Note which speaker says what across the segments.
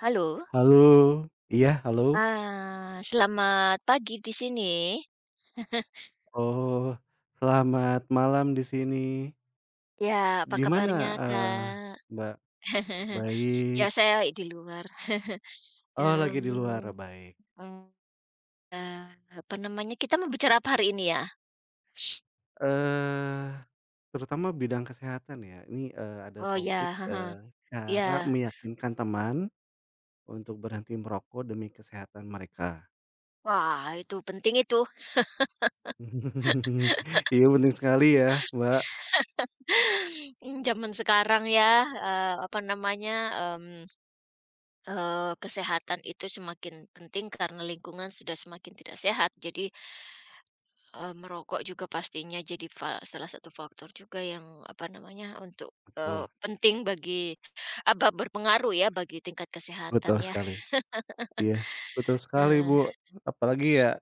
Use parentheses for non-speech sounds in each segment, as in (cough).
Speaker 1: Halo,
Speaker 2: Halo, iya halo?
Speaker 1: selamat pagi di sini.
Speaker 2: Oh, selamat malam di sini.
Speaker 1: Ya, apa
Speaker 2: Di mana,
Speaker 1: kabarnya,
Speaker 2: eee,
Speaker 1: Kak?
Speaker 2: Mbak?
Speaker 1: (laughs) Ya,
Speaker 2: Baik.
Speaker 1: saya di luar,
Speaker 2: Oh, lagi di luar,
Speaker 1: mmm,
Speaker 2: baik.
Speaker 1: eee, apa namanya, kita mau bicara apa hari ini ya?
Speaker 2: Eee, Terutama bidang kesehatan ya, ini, ada
Speaker 1: Oh
Speaker 2: topik,
Speaker 1: ya, heeh,
Speaker 2: cara
Speaker 1: iya.
Speaker 2: meyakinkan teman untuk berhenti merokok demi kesehatan mereka.
Speaker 1: Wah, itu penting itu,
Speaker 2: (laughs) Iya penting sekali ya, Mbak.
Speaker 1: zaman sekarang ya, apa namanya, mmm, kesehatan itu semakin penting karena lingkungan sudah semakin tidak sehat. Jadi, merokok juga pastinya jadi salah satu faktor juga yang, apa namanya, untuk,
Speaker 2: Betul,
Speaker 1: penting bagi apa, berpengaruh ya bagi tingkat kesehatan
Speaker 2: betul
Speaker 1: ya.
Speaker 2: sekali. Iya, betul sekali,
Speaker 1: Heeh.
Speaker 2: Bu. Apalagi ya,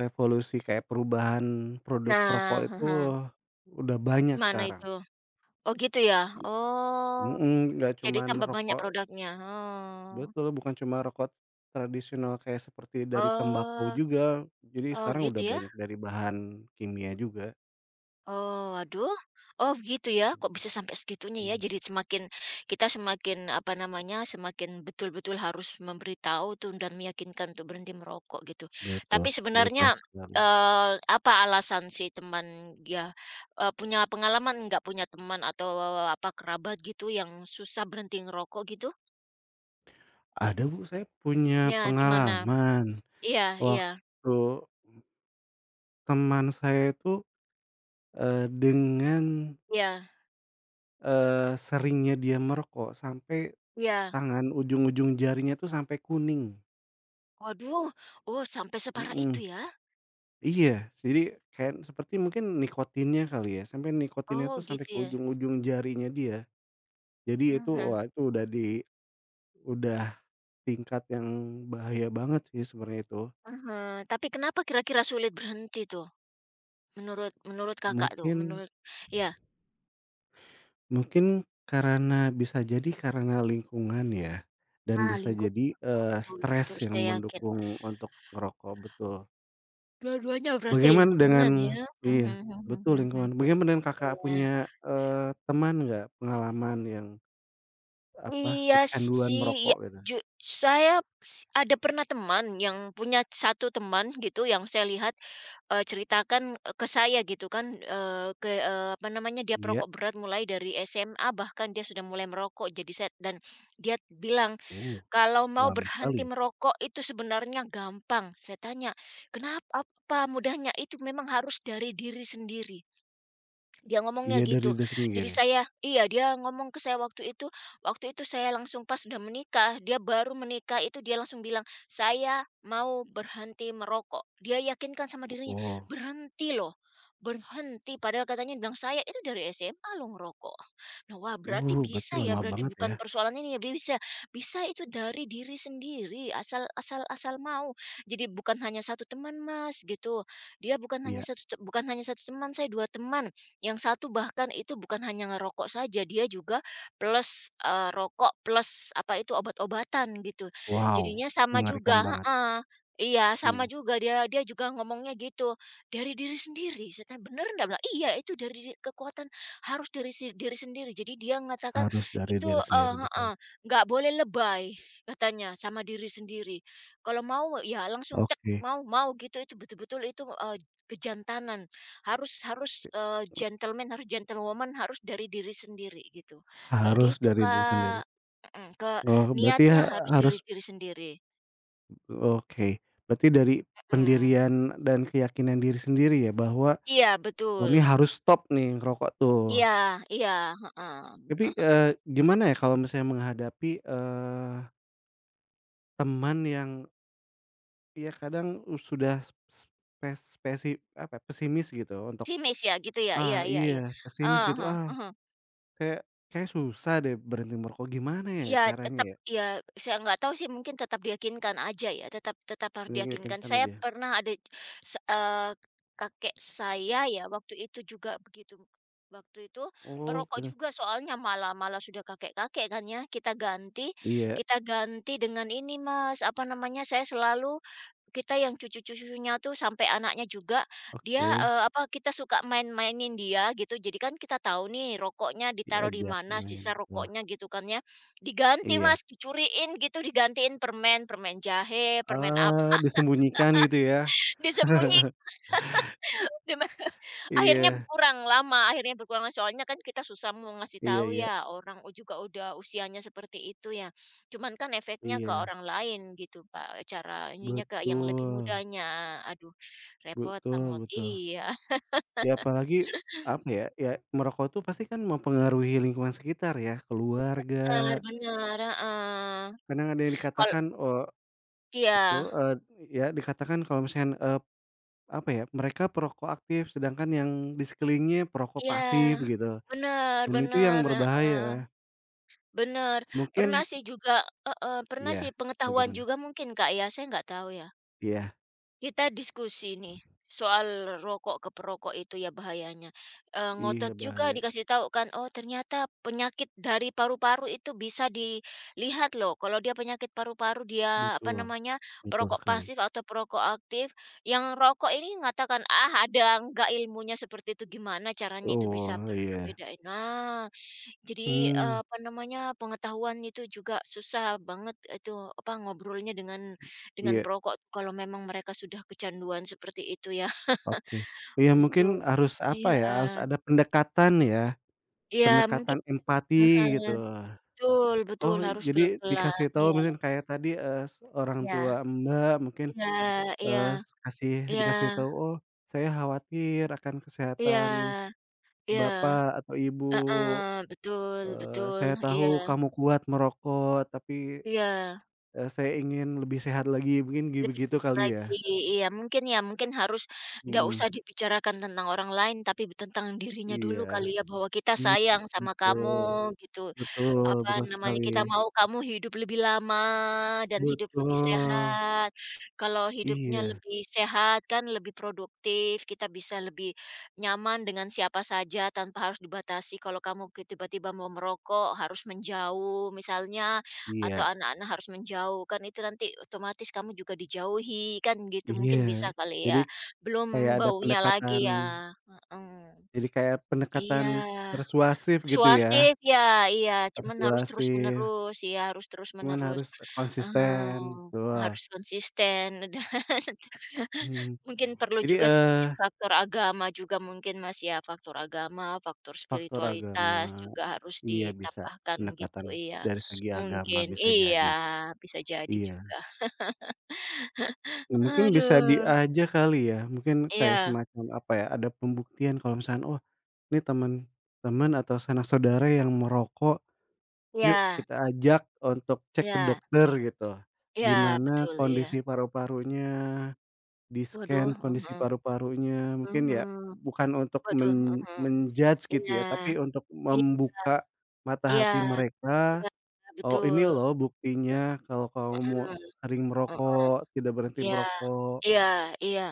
Speaker 2: revolusi kayak perubahan produk rokok
Speaker 1: Nah,
Speaker 2: itu
Speaker 1: heeh.
Speaker 2: udah banyak
Speaker 1: Gimana
Speaker 2: sekarang.
Speaker 1: itu? Oh, gitu ya?
Speaker 2: I
Speaker 1: Oh,
Speaker 2: mhm, nggak
Speaker 1: jadi
Speaker 2: cuman
Speaker 1: tambah banyak
Speaker 2: rokok
Speaker 1: produknya? Oh.
Speaker 2: betul, bukan cuma rokok tradisional kayak seperti dari tembakau
Speaker 1: Oh.
Speaker 2: juga. Jadi
Speaker 1: Oh,
Speaker 2: sekarang
Speaker 1: gitu
Speaker 2: udah
Speaker 1: ya?
Speaker 2: banyak dari bahan kimia juga.
Speaker 1: Oh, aduh, oh, gitu ya. Kok bisa sampai segitunya ya?
Speaker 2: Mmm,
Speaker 1: Jadi semakin kita semakin apa namanya? Semakin betul-betul harus memberitahu tuh dan meyakinkan untuk berhenti merokok gitu. Tapi
Speaker 2: betul betul
Speaker 1: sebenarnya
Speaker 2: sekali.
Speaker 1: eh, apa alasan si teman ya eh, punya pengalaman nggak punya teman atau apa kerabat gitu yang susah berhenti ngerokok gitu?
Speaker 2: Ada Bu, saya punya
Speaker 1: Ya, gimana?
Speaker 2: pengalaman
Speaker 1: Iya, iya,
Speaker 2: waktu teman saya itu, dengan,
Speaker 1: iya,
Speaker 2: seringnya dia merokok sampai
Speaker 1: iya.
Speaker 2: tangan ujung-ujung jarinya tuh sampai kuning.
Speaker 1: Waduh. Oh, sampai separah
Speaker 2: Mhm,
Speaker 1: itu ya?
Speaker 2: iya, jadi kayak seperti mungkin nikotinnya kali ya, sampai nikotinnya
Speaker 1: Oh,
Speaker 2: tuh sampai
Speaker 1: gitu
Speaker 2: ke
Speaker 1: ya.
Speaker 2: ujung-ujung jarinya dia. Jadi itu,
Speaker 1: (laughs)
Speaker 2: wah itu udah di udah tingkat yang bahaya banget sih sebenarnya itu.
Speaker 1: Aha, tapi kenapa kira-kira sulit berhenti tuh? Menurut menurut Kakak tuh,
Speaker 2: Mungkin
Speaker 1: menurut ya,
Speaker 2: mungkin karena bisa jadi karena lingkungan ya, dan
Speaker 1: ah,
Speaker 2: bisa
Speaker 1: lingkungan
Speaker 2: jadi,
Speaker 1: faktor, betul betul,
Speaker 2: stres yang
Speaker 1: saya yakin.
Speaker 2: mendukung untuk ngerokok, betul.
Speaker 1: Dua-duanya berarti
Speaker 2: Bagaimana
Speaker 1: lingkungan
Speaker 2: dengan
Speaker 1: ya? Mhm,
Speaker 2: iya,
Speaker 1: mhm, mhm,
Speaker 2: betul
Speaker 1: mhm, mhm.
Speaker 2: lingkungan. Bagaimana dengan Kakak
Speaker 1: Iya.
Speaker 2: punya, teman nggak pengalaman yang apa,
Speaker 1: Iya
Speaker 2: kecanduan
Speaker 1: sih, iya
Speaker 2: merokok gitu?
Speaker 1: ju saya ada pernah teman yang punya satu teman gitu yang saya lihat, ceritakan, ke saya gitu kan, ke apa namanya, dia
Speaker 2: Iya,
Speaker 1: perokok berat mulai dari SMA bahkan dia sudah mulai merokok jadi set dan dia bilang,
Speaker 2: oh
Speaker 1: "Kalau mau
Speaker 2: lama sekali
Speaker 1: berhenti
Speaker 2: ya?
Speaker 1: merokok itu sebenarnya gampang." Saya tanya, "Kenapa? Apa mudahnya?" Itu memang harus dari diri sendiri. Dia ngomongnya
Speaker 2: Iya dari
Speaker 1: gitu.
Speaker 2: dia
Speaker 1: Jadi
Speaker 2: sendiri ya?
Speaker 1: saya iya, dia ngomong ke saya waktu itu saya langsung pas udah menikah, dia baru menikah itu dia langsung bilang, "Saya mau berhenti merokok." Dia yakinkan sama dirinya,
Speaker 2: Wow,
Speaker 1: "Berhenti loh, berhenti." Padahal katanya dia bilang, "Saya itu dari SMA lo ngerokok." Nah, wah berarti
Speaker 2: berarti
Speaker 1: bisa ya,
Speaker 2: lama
Speaker 1: berarti
Speaker 2: banget ya?
Speaker 1: bukan persoalan ini ya, bisa. Bisa itu dari diri sendiri, asal asal asal mau. Jadi bukan hanya satu teman Mas, gitu. Dia bukan hanya
Speaker 2: Iya,
Speaker 1: satu te- Bukan hanya satu teman, saya 2 teman. Yang satu bahkan itu bukan hanya ngerokok saja, dia juga plus, rokok plus apa itu, obat-obatan gitu.
Speaker 2: wow
Speaker 1: Jadinya sama
Speaker 2: mengerikan
Speaker 1: juga
Speaker 2: banget,
Speaker 1: heeh. Iya, sama
Speaker 2: mhm,
Speaker 1: juga dia dia juga ngomongnya gitu, "Dari diri sendiri." Saya tanya, "Bener nggak?" Bilang, "Iya, itu dari di kekuatan harus dari si diri sendiri." Jadi dia mengatakan
Speaker 2: harus dari
Speaker 1: itu
Speaker 2: diri sendiri betul.
Speaker 1: heeh, "Nggak boleh lebay," katanya, "sama diri sendiri. Kalau mau ya langsung cek,
Speaker 2: Oke,
Speaker 1: mau mau," gitu. Itu betul-betul itu, kejantanan. Harus harus, gentleman, harus gentlewoman, harus dari diri sendiri gitu. Kayak
Speaker 2: harus
Speaker 1: gitu,
Speaker 2: dari diri sendiri.
Speaker 1: Kak. Mhm, ke
Speaker 2: Oh berarti
Speaker 1: niatnya
Speaker 2: ha
Speaker 1: harus dari
Speaker 2: Harus
Speaker 1: diri sendiri.
Speaker 2: oke, berarti dari
Speaker 1: Mhm.
Speaker 2: pendirian dan keyakinan diri sendiri ya bahwa
Speaker 1: Iya,
Speaker 2: oh
Speaker 1: betul.
Speaker 2: ini harus stop nih ngerokok tuh.
Speaker 1: Iya, iya, heeh.
Speaker 2: Tapi,
Speaker 1: (laughs)
Speaker 2: gimana ya kalau misalnya menghadapi, teman yang ya kadang sudah s spes spesi apa ya, pesimis gitu untuk,
Speaker 1: Simis ya, gitu ya?
Speaker 2: ah
Speaker 1: Iya, iya, iya.
Speaker 2: iya pesimis
Speaker 1: Heeh,
Speaker 2: gitu,
Speaker 1: heeh,
Speaker 2: "Ah
Speaker 1: mhm.
Speaker 2: kayak kayak susah deh berhenti merokok." Gimana ya
Speaker 1: Iya
Speaker 2: caranya
Speaker 1: tetap
Speaker 2: ya?
Speaker 1: ya saya nggak tahu sih mungkin tetap diyakinkan aja ya, tetap tetap harus diyakinkan.
Speaker 2: Meyakinkan
Speaker 1: Saya
Speaker 2: aja?
Speaker 1: pernah ada se eee, kakek saya ya waktu itu juga begitu, waktu itu
Speaker 2: Oh
Speaker 1: merokok
Speaker 2: gitu.
Speaker 1: juga soalnya malah malah sudah kakek-kakek kan ya, kita ganti
Speaker 2: Iya,
Speaker 1: kita ganti dengan ini Mas, apa namanya, saya selalu kita yang cucu-cucunya tuh sampai anaknya juga, dia,
Speaker 2: oke.
Speaker 1: apa, kita suka main-mainin dia gitu. Jadi kan kita tahu nih rokoknya ditaruh di
Speaker 2: Diajak
Speaker 1: mana,
Speaker 2: main,
Speaker 1: sisa
Speaker 2: betul.
Speaker 1: rokoknya gitu kan ya. Diganti
Speaker 2: Iya.
Speaker 1: Mas, dicuriin gitu, digantiin permen, permen jahe, permen apa,
Speaker 2: Disembunyikan gitu ya?
Speaker 1: (laughs) disembunyi Akhirnya
Speaker 2: Iya.
Speaker 1: berkurang lama, akhirnya berkurang lama. Soalnya kan kita susah mau ngasih
Speaker 2: Iya
Speaker 1: tahu
Speaker 2: iya.
Speaker 1: ya, orang juga udah usianya seperti itu ya. Cuman kan efeknya ke
Speaker 2: Iya,
Speaker 1: orang lain gitu, Pak, cara ininya ke yang lebih
Speaker 2: betul.
Speaker 1: mudanya. Aduh, repot
Speaker 2: Betul
Speaker 1: banget.
Speaker 2: betul.
Speaker 1: Iya,
Speaker 2: Ya apalagi,
Speaker 1: (laughs)
Speaker 2: apa ya, ya merokok tuh pasti kan mempengaruhi lingkungan sekitar ya,
Speaker 1: bener
Speaker 2: keluarga,
Speaker 1: bener, heeh.
Speaker 2: kadang ada yang
Speaker 1: Kal
Speaker 2: dikatakan oh betul,
Speaker 1: iya,
Speaker 2: ya dikatakan kalau misalnya apa ya, mereka perokok aktif sedangkan yang di sekelilingnya perokok
Speaker 1: iya,
Speaker 2: pasif gitu,
Speaker 1: bener
Speaker 2: dan itu yang
Speaker 1: bener, heeh,
Speaker 2: berbahaya.
Speaker 1: bener.
Speaker 2: Mungkin
Speaker 1: Pernah sih juga heeh, pernah sih
Speaker 2: ya
Speaker 1: pengetahuan
Speaker 2: bagaimana?
Speaker 1: juga mungkin, Kak, ya, saya nggak tahu ya.
Speaker 2: Iya
Speaker 1: Kita diskusi nih, soal rokok ke perokok itu ya bahayanya.
Speaker 2: iya
Speaker 1: Ngotot juga
Speaker 2: bahaya,
Speaker 1: dikasih tahu kan, "Oh ternyata penyakit dari paru-paru itu bisa dilihat loh, kalau dia penyakit paru-paru, dia apa
Speaker 2: betul
Speaker 1: namanya,
Speaker 2: betul
Speaker 1: perokok
Speaker 2: sekali.
Speaker 1: pasif atau perokok aktif." Yang rokok ini mengatakan, "Ah ada nggak ilmunya seperti itu, gimana caranya itu bisa
Speaker 2: Oh iya,
Speaker 1: berbeda." Nah. Jadi,
Speaker 2: hmm
Speaker 1: apa namanya, pengetahuan itu juga susah banget itu, apa, ngobrolnya dengan
Speaker 2: iya.
Speaker 1: perokok tuh kalau memang mereka sudah kecanduan seperti itu ya. (laughs)
Speaker 2: Oke. Ya mungkin
Speaker 1: Untuk
Speaker 2: harus apa ya, harus
Speaker 1: iya,
Speaker 2: ada pendekatan ya,
Speaker 1: iya mungkin
Speaker 2: pendekatan
Speaker 1: heeh,
Speaker 2: empati gitu.
Speaker 1: betul betul,
Speaker 2: Oh
Speaker 1: harus
Speaker 2: jadi dikasih
Speaker 1: pelan-pelan,
Speaker 2: tahu
Speaker 1: iya.
Speaker 2: mungkin kayak tadi, eee, s orang tua
Speaker 1: Iya,
Speaker 2: Mbak mungkin,
Speaker 1: iya, iya,
Speaker 2: eee, s kasih
Speaker 1: iya,
Speaker 2: dikasih tahu, "Oh saya khawatir akan
Speaker 1: iya,
Speaker 2: kesehatan
Speaker 1: iya,
Speaker 2: bapak atau ibu,
Speaker 1: heeh, betul
Speaker 2: eee,
Speaker 1: betul,
Speaker 2: saya
Speaker 1: iya,
Speaker 2: tahu kamu kuat merokok tapi,
Speaker 1: iya.
Speaker 2: saya ingin lebih sehat lagi," mungkin gi
Speaker 1: Lebih
Speaker 2: begitu
Speaker 1: dekat
Speaker 2: kali ya?
Speaker 1: lagi, iya mungkin ya, mungkin harus nggak
Speaker 2: Mhm,
Speaker 1: usah dibicarakan tentang orang lain, tapi tentang dirinya
Speaker 2: iya.
Speaker 1: dulu kali ya, bahwa kita
Speaker 2: I
Speaker 1: sayang sama
Speaker 2: Betul,
Speaker 1: kamu gitu.
Speaker 2: betul
Speaker 1: Apa
Speaker 2: betul
Speaker 1: namanya,
Speaker 2: sekali.
Speaker 1: kita mau kamu hidup lebih lama dan hidup lebih
Speaker 2: Betul,
Speaker 1: sehat. Kalau hidupnya
Speaker 2: iya
Speaker 1: lebih sehat kan lebih produktif, kita bisa lebih nyaman dengan siapa saja tanpa harus dibatasi. Kalau kamu tiba-tiba mau merokok harus menjauh misalnya, atau
Speaker 2: iya
Speaker 1: anak-anak harus menjauh, kan itu nanti otomatis kamu juga dijauhi, kan gitu
Speaker 2: iya.
Speaker 1: mungkin bisa kali
Speaker 2: Jadi
Speaker 1: ya.
Speaker 2: kayak
Speaker 1: Belum
Speaker 2: ada
Speaker 1: baunya
Speaker 2: pendekatan
Speaker 1: lagi ya. Heeh.
Speaker 2: jadi kayak
Speaker 1: Iya.
Speaker 2: pendekatan persuasif gitu ya,
Speaker 1: Suasif ya iya, cuman harus
Speaker 2: persuasif,
Speaker 1: terus-menerus iya, harus
Speaker 2: cuman
Speaker 1: terus-menerus,
Speaker 2: harus
Speaker 1: heeh,
Speaker 2: konsisten, betul.
Speaker 1: harus konsisten (laughs) dan
Speaker 2: Mhm,
Speaker 1: mungkin perlu
Speaker 2: jadi,
Speaker 1: juga
Speaker 2: eh
Speaker 1: sedikit faktor agama juga mungkin, Mas, ya, faktor agama, faktor
Speaker 2: faktor
Speaker 1: spiritualitas
Speaker 2: agama
Speaker 1: juga harus
Speaker 2: iya bisa,
Speaker 1: ditambahkan gitu,
Speaker 2: pendekatan
Speaker 1: iya,
Speaker 2: dari segi agama
Speaker 1: mungkin
Speaker 2: bisa
Speaker 1: iya,
Speaker 2: jadi,
Speaker 1: bisa jadi juga.
Speaker 2: iya. Mungkin bisa
Speaker 1: Aduh,
Speaker 2: diajak kali ya, mungkin kayak
Speaker 1: iya,
Speaker 2: semacam apa ya, ada pembuktian kalau misalnya "Oh, ini teman teman atau sanak saudara yang merokok." Yuk
Speaker 1: iya,
Speaker 2: kita ajak untuk cek ke
Speaker 1: iya,
Speaker 2: dokter gitu.
Speaker 1: iya,
Speaker 2: Gimana
Speaker 1: betul, iya.
Speaker 2: kondisi paru-parunya,
Speaker 1: Waduh,
Speaker 2: di-scan kondisi
Speaker 1: mhm,
Speaker 2: paru-parunya, mungkin ya
Speaker 1: mhm,
Speaker 2: bukan untuk
Speaker 1: waduh, mhm,
Speaker 2: men-judge gitu
Speaker 1: iya.
Speaker 2: ya, tapi untuk membuka mata
Speaker 1: Iya,
Speaker 2: hati mereka,
Speaker 1: iya,
Speaker 2: "Oh ini
Speaker 1: betul,
Speaker 2: loh buktinya kalau kamu
Speaker 1: mhm,
Speaker 2: sering
Speaker 1: mhm.
Speaker 2: merokok, tidak berhenti
Speaker 1: Iya,
Speaker 2: merokok."
Speaker 1: iya, iya,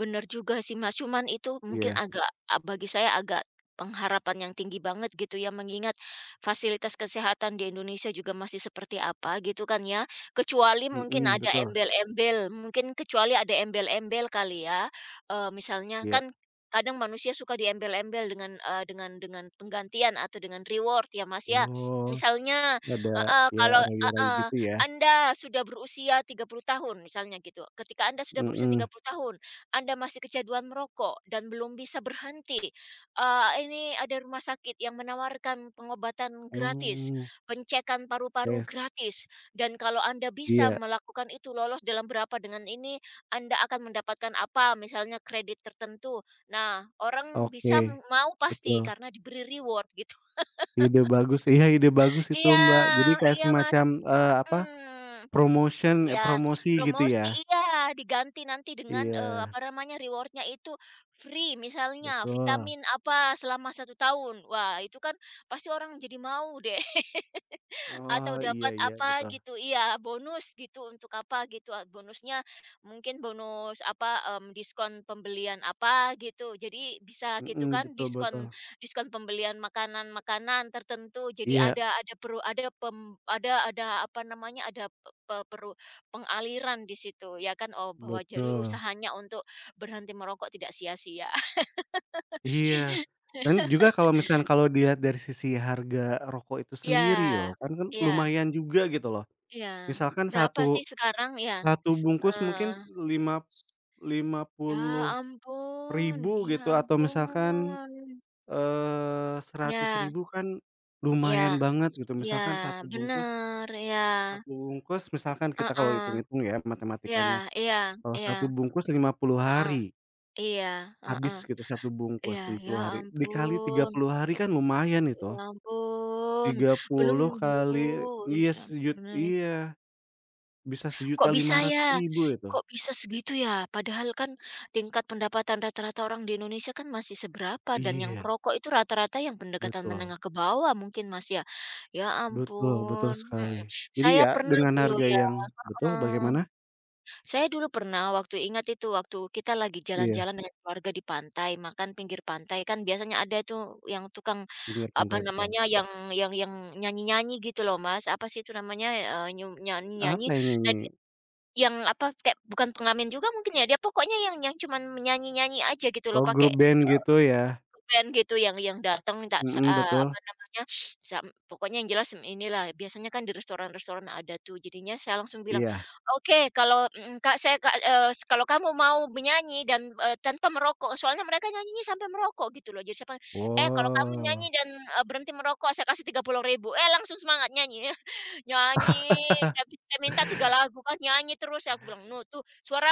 Speaker 1: bener juga sih, Mas, cuman itu mungkin
Speaker 2: Iya,
Speaker 1: agak bagi saya agak pengharapan yang tinggi banget gitu ya, mengingat fasilitas kesehatan di Indonesia juga masih seperti apa gitu kan ya, kecuali mungkin
Speaker 2: mhm,
Speaker 1: ada
Speaker 2: betul,
Speaker 1: embel-embel, mungkin kecuali ada embel-embel kali ya, misalnya
Speaker 2: iya.
Speaker 1: kan kadang manusia suka diembel-embel dengan penggantian atau dengan reward ya, Mas, ya.
Speaker 2: Oh,
Speaker 1: Misalnya
Speaker 2: ada
Speaker 1: heeh,
Speaker 2: ya
Speaker 1: kalau
Speaker 2: rayu-rayu
Speaker 1: heeh.
Speaker 2: gitu ya?
Speaker 1: Anda sudah berusia 30 tahun misalnya gitu, ketika Anda sudah berusia tiga
Speaker 2: Mhm.
Speaker 1: puluh tahun, Anda masih kecanduan merokok dan belum bisa berhenti, ini ada rumah sakit yang menawarkan pengobatan gratis,
Speaker 2: Oh,
Speaker 1: pengecekan paru-paru
Speaker 2: yes,
Speaker 1: gratis, dan kalau Anda bisa
Speaker 2: iya.
Speaker 1: melakukan itu lolos dalam berapa dengan ini, Anda akan mendapatkan apa, misalnya kredit tertentu. Nah, orang bisa
Speaker 2: Oke,
Speaker 1: mau pasti
Speaker 2: betul.
Speaker 1: karena diberi reward gitu. (laughs)
Speaker 2: Ide bagus, iya ide bagus itu
Speaker 1: Iya,
Speaker 2: Mbak. Jadi kayak
Speaker 1: iya, Mas,
Speaker 2: semacam, apa,
Speaker 1: mhm.
Speaker 2: promotion
Speaker 1: Ya
Speaker 2: eh, promosi gitu
Speaker 1: promosi
Speaker 2: ya?
Speaker 1: iya, diganti nanti dengan,
Speaker 2: Iya,
Speaker 1: apa namanya, rewardnya itu free misalnya
Speaker 2: betul.
Speaker 1: vitamin apa selama satu tahun. Wah, itu kan pasti orang jadi mau deh. (laughs) Atau
Speaker 2: Oh, iya
Speaker 1: dapat
Speaker 2: iya,
Speaker 1: apa
Speaker 2: betul.
Speaker 1: gitu iya, bonus gitu untuk apa gitu, bonusnya mungkin bonus apa, diskon pembelian apa gitu. Jadi bisa gitu
Speaker 2: Mhm,
Speaker 1: kan
Speaker 2: betul betul.
Speaker 1: diskon diskon pembelian makanan-makanan tertentu. Jadi
Speaker 2: Iya,
Speaker 1: ada peru ada pem ada apa namanya, ada pe peru pengaliran di situ ya kan. Oh, bahwa jadi
Speaker 2: betul.
Speaker 1: usahanya untuk berhenti merokok tidak sia-sia. (laughs)
Speaker 2: Iya, dan juga kalau misalkan kalau dilihat dari sisi harga rokok itu sendiri
Speaker 1: Iya.
Speaker 2: loh, kan kan
Speaker 1: Iya,
Speaker 2: lumayan juga gitu loh.
Speaker 1: iya.
Speaker 2: Misalkan
Speaker 1: Berapa sih
Speaker 2: satu
Speaker 1: sekarang? Ya
Speaker 2: satu bungkus
Speaker 1: heeh.
Speaker 2: mungkin lima lima
Speaker 1: Ya
Speaker 2: puluh
Speaker 1: ampun,
Speaker 2: ribu
Speaker 1: ya
Speaker 2: gitu atau misalkan
Speaker 1: ampun.
Speaker 2: Seratus
Speaker 1: Ya,
Speaker 2: ribu kan lumayan
Speaker 1: ya,
Speaker 2: banget gitu,
Speaker 1: ya,
Speaker 2: misalkan satu bungkus
Speaker 1: benar, ya.
Speaker 2: satu bungkus misalkan kita kalau
Speaker 1: Heeh.
Speaker 2: hitung-hitung ya matematikanya,
Speaker 1: Ya, iya,
Speaker 2: kalau satu
Speaker 1: iya,
Speaker 2: bungkus 50
Speaker 1: heeh,
Speaker 2: hari,
Speaker 1: iya,
Speaker 2: habis
Speaker 1: heeh,
Speaker 2: gitu satu bungkus
Speaker 1: iya,
Speaker 2: lima
Speaker 1: ya
Speaker 2: puluh hari, dikali tiga
Speaker 1: ampun,
Speaker 2: puluh hari kan lumayan itu,
Speaker 1: ya ampun.
Speaker 2: tiga
Speaker 1: Belum
Speaker 2: puluh
Speaker 1: Bu,
Speaker 2: kali iya
Speaker 1: iya,
Speaker 2: sejut
Speaker 1: benar.
Speaker 2: iya, bisa sejuta
Speaker 1: Kok bisa
Speaker 2: lima ratus
Speaker 1: ya?
Speaker 2: ribu itu.
Speaker 1: Kok bisa segitu ya? Padahal kan tingkat pendapatan rata-rata orang di Indonesia kan masih seberapa dan yang
Speaker 2: Iya,
Speaker 1: perokok itu rata-rata yang pendekatan
Speaker 2: betul
Speaker 1: menengah ke bawah mungkin, Mas, ya? Ya
Speaker 2: betul betul
Speaker 1: ampun, mhm.
Speaker 2: sekali. Jadi
Speaker 1: Saya
Speaker 2: ya
Speaker 1: pernah
Speaker 2: dengan
Speaker 1: dulu
Speaker 2: harga
Speaker 1: ya
Speaker 2: yang betul
Speaker 1: heeh,
Speaker 2: bagaimana?
Speaker 1: saya dulu pernah waktu ingat itu waktu kita lagi
Speaker 2: Iya,
Speaker 1: jalan-jalan dengan keluarga di pantai, makan pinggir pantai kan biasanya ada tuh yang tukang,
Speaker 2: pinggir
Speaker 1: apa
Speaker 2: pantai betul.
Speaker 1: namanya, yang nyanyi-nyanyi gitu loh, Mas, apa sih itu namanya, nyanyi-nyanyi,
Speaker 2: Apa yang
Speaker 1: nah
Speaker 2: nyanyi?
Speaker 1: yang apa, kayak bukan pengamen juga mungkin ya, dia pokoknya yang cuman menyanyi nyanyi aja gitu loh
Speaker 2: Oh
Speaker 1: pakai,
Speaker 2: grup band gitu ya?
Speaker 1: band gitu yang datang minta
Speaker 2: Mhm, betul.
Speaker 1: apa namanya, sam pokoknya yang jelas inilah biasanya kan di restoran-restoran ada tuh jadinya saya langsung bilang,
Speaker 2: Iya.
Speaker 1: "Oke kalau Kak saya Kak, kalau kamu mau menyanyi dan, tanpa merokok," soalnya mereka nyanyinya sampai merokok gitu loh jadi saya panggil, "Eh kalau kamu nyanyi
Speaker 2: Wow.
Speaker 1: dan, berhenti merokok saya kasih 30.000." Eh langsung semangat nyanyi. Nyanyi,
Speaker 2: (laughs)
Speaker 1: saya minta 3 lagu kan, nyanyi terus aku bilang, "No tuh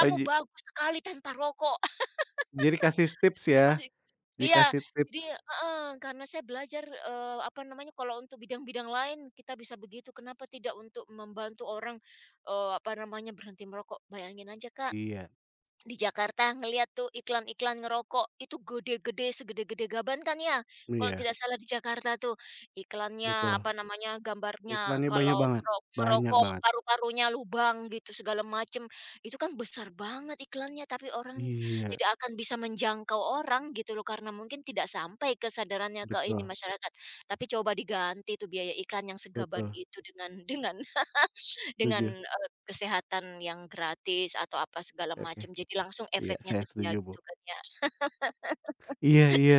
Speaker 2: Oh ji
Speaker 1: bagus sekali tanpa rokok." (laughs)
Speaker 2: Jadi kasih tips ya,
Speaker 1: Aku sih iya,
Speaker 2: dikasih
Speaker 1: jadi
Speaker 2: tips.
Speaker 1: heeh, karena saya belajar, apa namanya, kalau untuk bidang-bidang lain kita bisa begitu, kenapa tidak untuk membantu orang, apa namanya, berhenti merokok, bayangin aja, Kak.
Speaker 2: Iya
Speaker 1: Di Jakarta ngelihat tuh iklan-iklan ngerokok, itu gede-gede, segede-gede gaban kan ya, kalau
Speaker 2: iya,
Speaker 1: tidak salah di Jakarta tuh. Iklannya,
Speaker 2: betul.
Speaker 1: apa namanya, gambarnya
Speaker 2: Iklannya banyak
Speaker 1: kalau
Speaker 2: banget banyak
Speaker 1: ngerokok
Speaker 2: banget.
Speaker 1: paru-parunya lubang gitu segala macem. Itu kan besar banget iklannya, tapi orang
Speaker 2: Iya,
Speaker 1: tidak akan bisa menjangkau orang gitu loh, karena mungkin tidak sampai kesadarannya ke ini
Speaker 2: betul
Speaker 1: masyarakat. Tapi coba diganti tuh biaya iklan yang segaban
Speaker 2: betul,
Speaker 1: itu dengan (laughs) dengan (laughs) dengan,
Speaker 2: setuju.
Speaker 1: kesehatan yang gratis atau apa segala
Speaker 2: Oke,
Speaker 1: macam, jadi langsung
Speaker 2: iya
Speaker 1: efeknya
Speaker 2: saya
Speaker 1: ke dia
Speaker 2: setuju, Bu.
Speaker 1: gitu kan ya.
Speaker 2: Iya iya,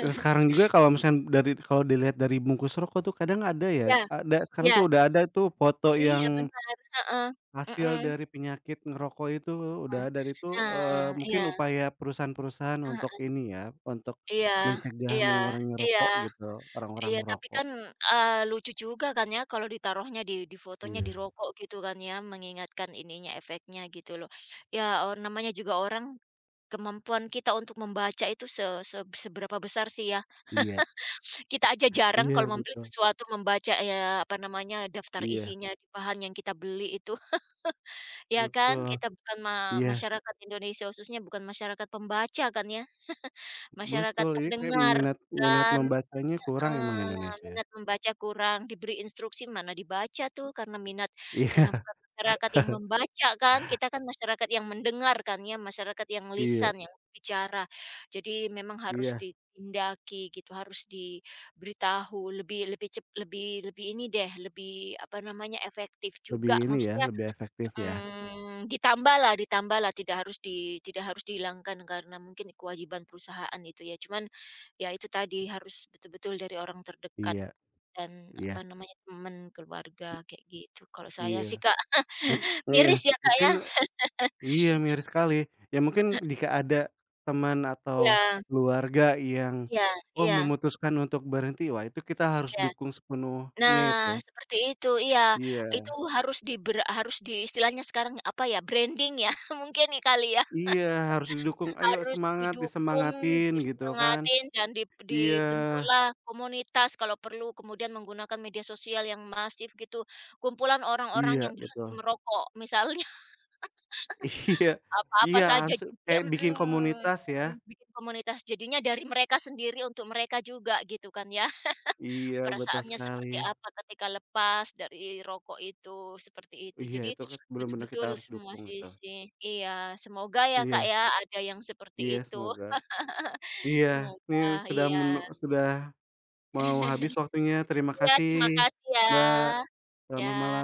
Speaker 2: sekarang juga kalau misalnya dari kalau dilihat dari bungkus rokok tuh kadang ada ya,
Speaker 1: Ya,
Speaker 2: ada sekarang
Speaker 1: iya,
Speaker 2: tuh udah ada tuh foto yang
Speaker 1: iya benar, heeh,
Speaker 2: hasil
Speaker 1: mhm.
Speaker 2: dari penyakit ngerokok itu udah dan itu,
Speaker 1: Nah,
Speaker 2: mungkin
Speaker 1: iya,
Speaker 2: upaya perusahaan-perusahaan untuk
Speaker 1: heeh,
Speaker 2: ini ya, untuk
Speaker 1: iya,
Speaker 2: mencegah
Speaker 1: iya,
Speaker 2: mengurangi
Speaker 1: iya,
Speaker 2: rokok gitu, orang-orang
Speaker 1: iya, tapi
Speaker 2: merokok.
Speaker 1: kan, lucu juga kan ya kalau ditaruhnya di fotonya di
Speaker 2: Iya.
Speaker 1: rokok gitu kan ya, mengingatkan ininya, efeknya gitu loh. Ya, namanya juga orang kemampuan kita untuk membaca itu se se seberapa besar sih ya.
Speaker 2: Iya
Speaker 1: Kita aja jarang
Speaker 2: iya
Speaker 1: kalau membeli
Speaker 2: betul
Speaker 1: sesuatu, membaca, ya apa namanya, daftar
Speaker 2: iya
Speaker 1: isinya, bahan yang kita beli itu, ya kan?
Speaker 2: betul
Speaker 1: Kita bukan
Speaker 2: iya
Speaker 1: masyarakat Indonesia, khususnya bukan masyarakat pembaca kan ya, masyarakat
Speaker 2: betul, ini kayak
Speaker 1: pendengar,
Speaker 2: minat minat
Speaker 1: kan.
Speaker 2: membacanya kurang emang
Speaker 1: Heeh,
Speaker 2: Indonesia.
Speaker 1: minat membaca kurang, diberi instruksi mana dibaca tuh karena minat karena
Speaker 2: Iya
Speaker 1: bukan masyarakat yang membaca kan, kita kan masyarakat yang mendengar kan ya, masyarakat yang
Speaker 2: iya
Speaker 1: lisan, yang bicara. Jadi memang harus
Speaker 2: iya,
Speaker 1: ditindaki gitu, harus diberitahu lebih lebih cep lebih lebih ini deh, lebih apa namanya, efektif
Speaker 2: lebih
Speaker 1: juga
Speaker 2: ini ya,
Speaker 1: maksudnya.
Speaker 2: lebih efektif ya.
Speaker 1: Ditambahlah ditambahlah, tidak harus dihilangkan karena mungkin kewajiban perusahaan itu ya. Cuman, ya itu tadi harus betul-betul dari orang terdekat
Speaker 2: Iya
Speaker 1: dan
Speaker 2: iya
Speaker 1: apa namanya, teman, keluarga, kayak gitu. Kalau saya
Speaker 2: iya,
Speaker 1: sih, Kak,
Speaker 2: mung
Speaker 1: (laughs)
Speaker 2: iya,
Speaker 1: miris ya, Kak,
Speaker 2: mungkin
Speaker 1: ya?
Speaker 2: iya, miris sekali. Ya mungkin jika ada teman atau
Speaker 1: Iya,
Speaker 2: keluarga yang,
Speaker 1: iya,
Speaker 2: oh
Speaker 1: iya,
Speaker 2: memutuskan untuk berhenti, wah itu kita harus
Speaker 1: iya.
Speaker 2: dukung
Speaker 1: Nah,
Speaker 2: sepenuhnya itu.
Speaker 1: seperti itu, iya.
Speaker 2: Iya
Speaker 1: Itu harus istilahnya sekarang apa ya, branding ya, (laughs) mungkin kali ya?
Speaker 2: iya, harus didukung, "Ayo
Speaker 1: Harus
Speaker 2: semangat!"
Speaker 1: didukung,
Speaker 2: Disemangatin gitu kan.
Speaker 1: disemangatin, dan
Speaker 2: Iya
Speaker 1: dibentuklah komunitas kalau perlu, kemudian menggunakan media sosial yang masif gitu, kumpulan orang-orang
Speaker 2: iya,
Speaker 1: yang berhenti
Speaker 2: betul.
Speaker 1: merokok, misalnya (laughs)
Speaker 2: (laughs) Iya
Speaker 1: apa-apa
Speaker 2: iya,
Speaker 1: saja
Speaker 2: harus
Speaker 1: jadi
Speaker 2: kayak bikin
Speaker 1: mhm,
Speaker 2: komunitas ya.
Speaker 1: bikin komunitas. Jadinya dari mereka sendiri untuk mereka juga gitu kan ya,
Speaker 2: Iya, betul
Speaker 1: perasaannya
Speaker 2: sekali.
Speaker 1: seperti apa ketika lepas dari rokok itu, seperti itu.
Speaker 2: Iya,
Speaker 1: Jadi
Speaker 2: itu kan benar bener kita
Speaker 1: betul-betul
Speaker 2: harus
Speaker 1: semua
Speaker 2: dukung itu.
Speaker 1: sisi. Iya, semoga ya Kak
Speaker 2: Iya
Speaker 1: ya ada yang seperti
Speaker 2: iya,
Speaker 1: itu.
Speaker 2: semoga. Iya,
Speaker 1: Semoga
Speaker 2: ini sudah menu
Speaker 1: iya.
Speaker 2: sudah mau habis waktunya, terima
Speaker 1: Iya,
Speaker 2: kasih,
Speaker 1: terima kasih ya.
Speaker 2: Mbak. Selamat malam.
Speaker 1: Ya.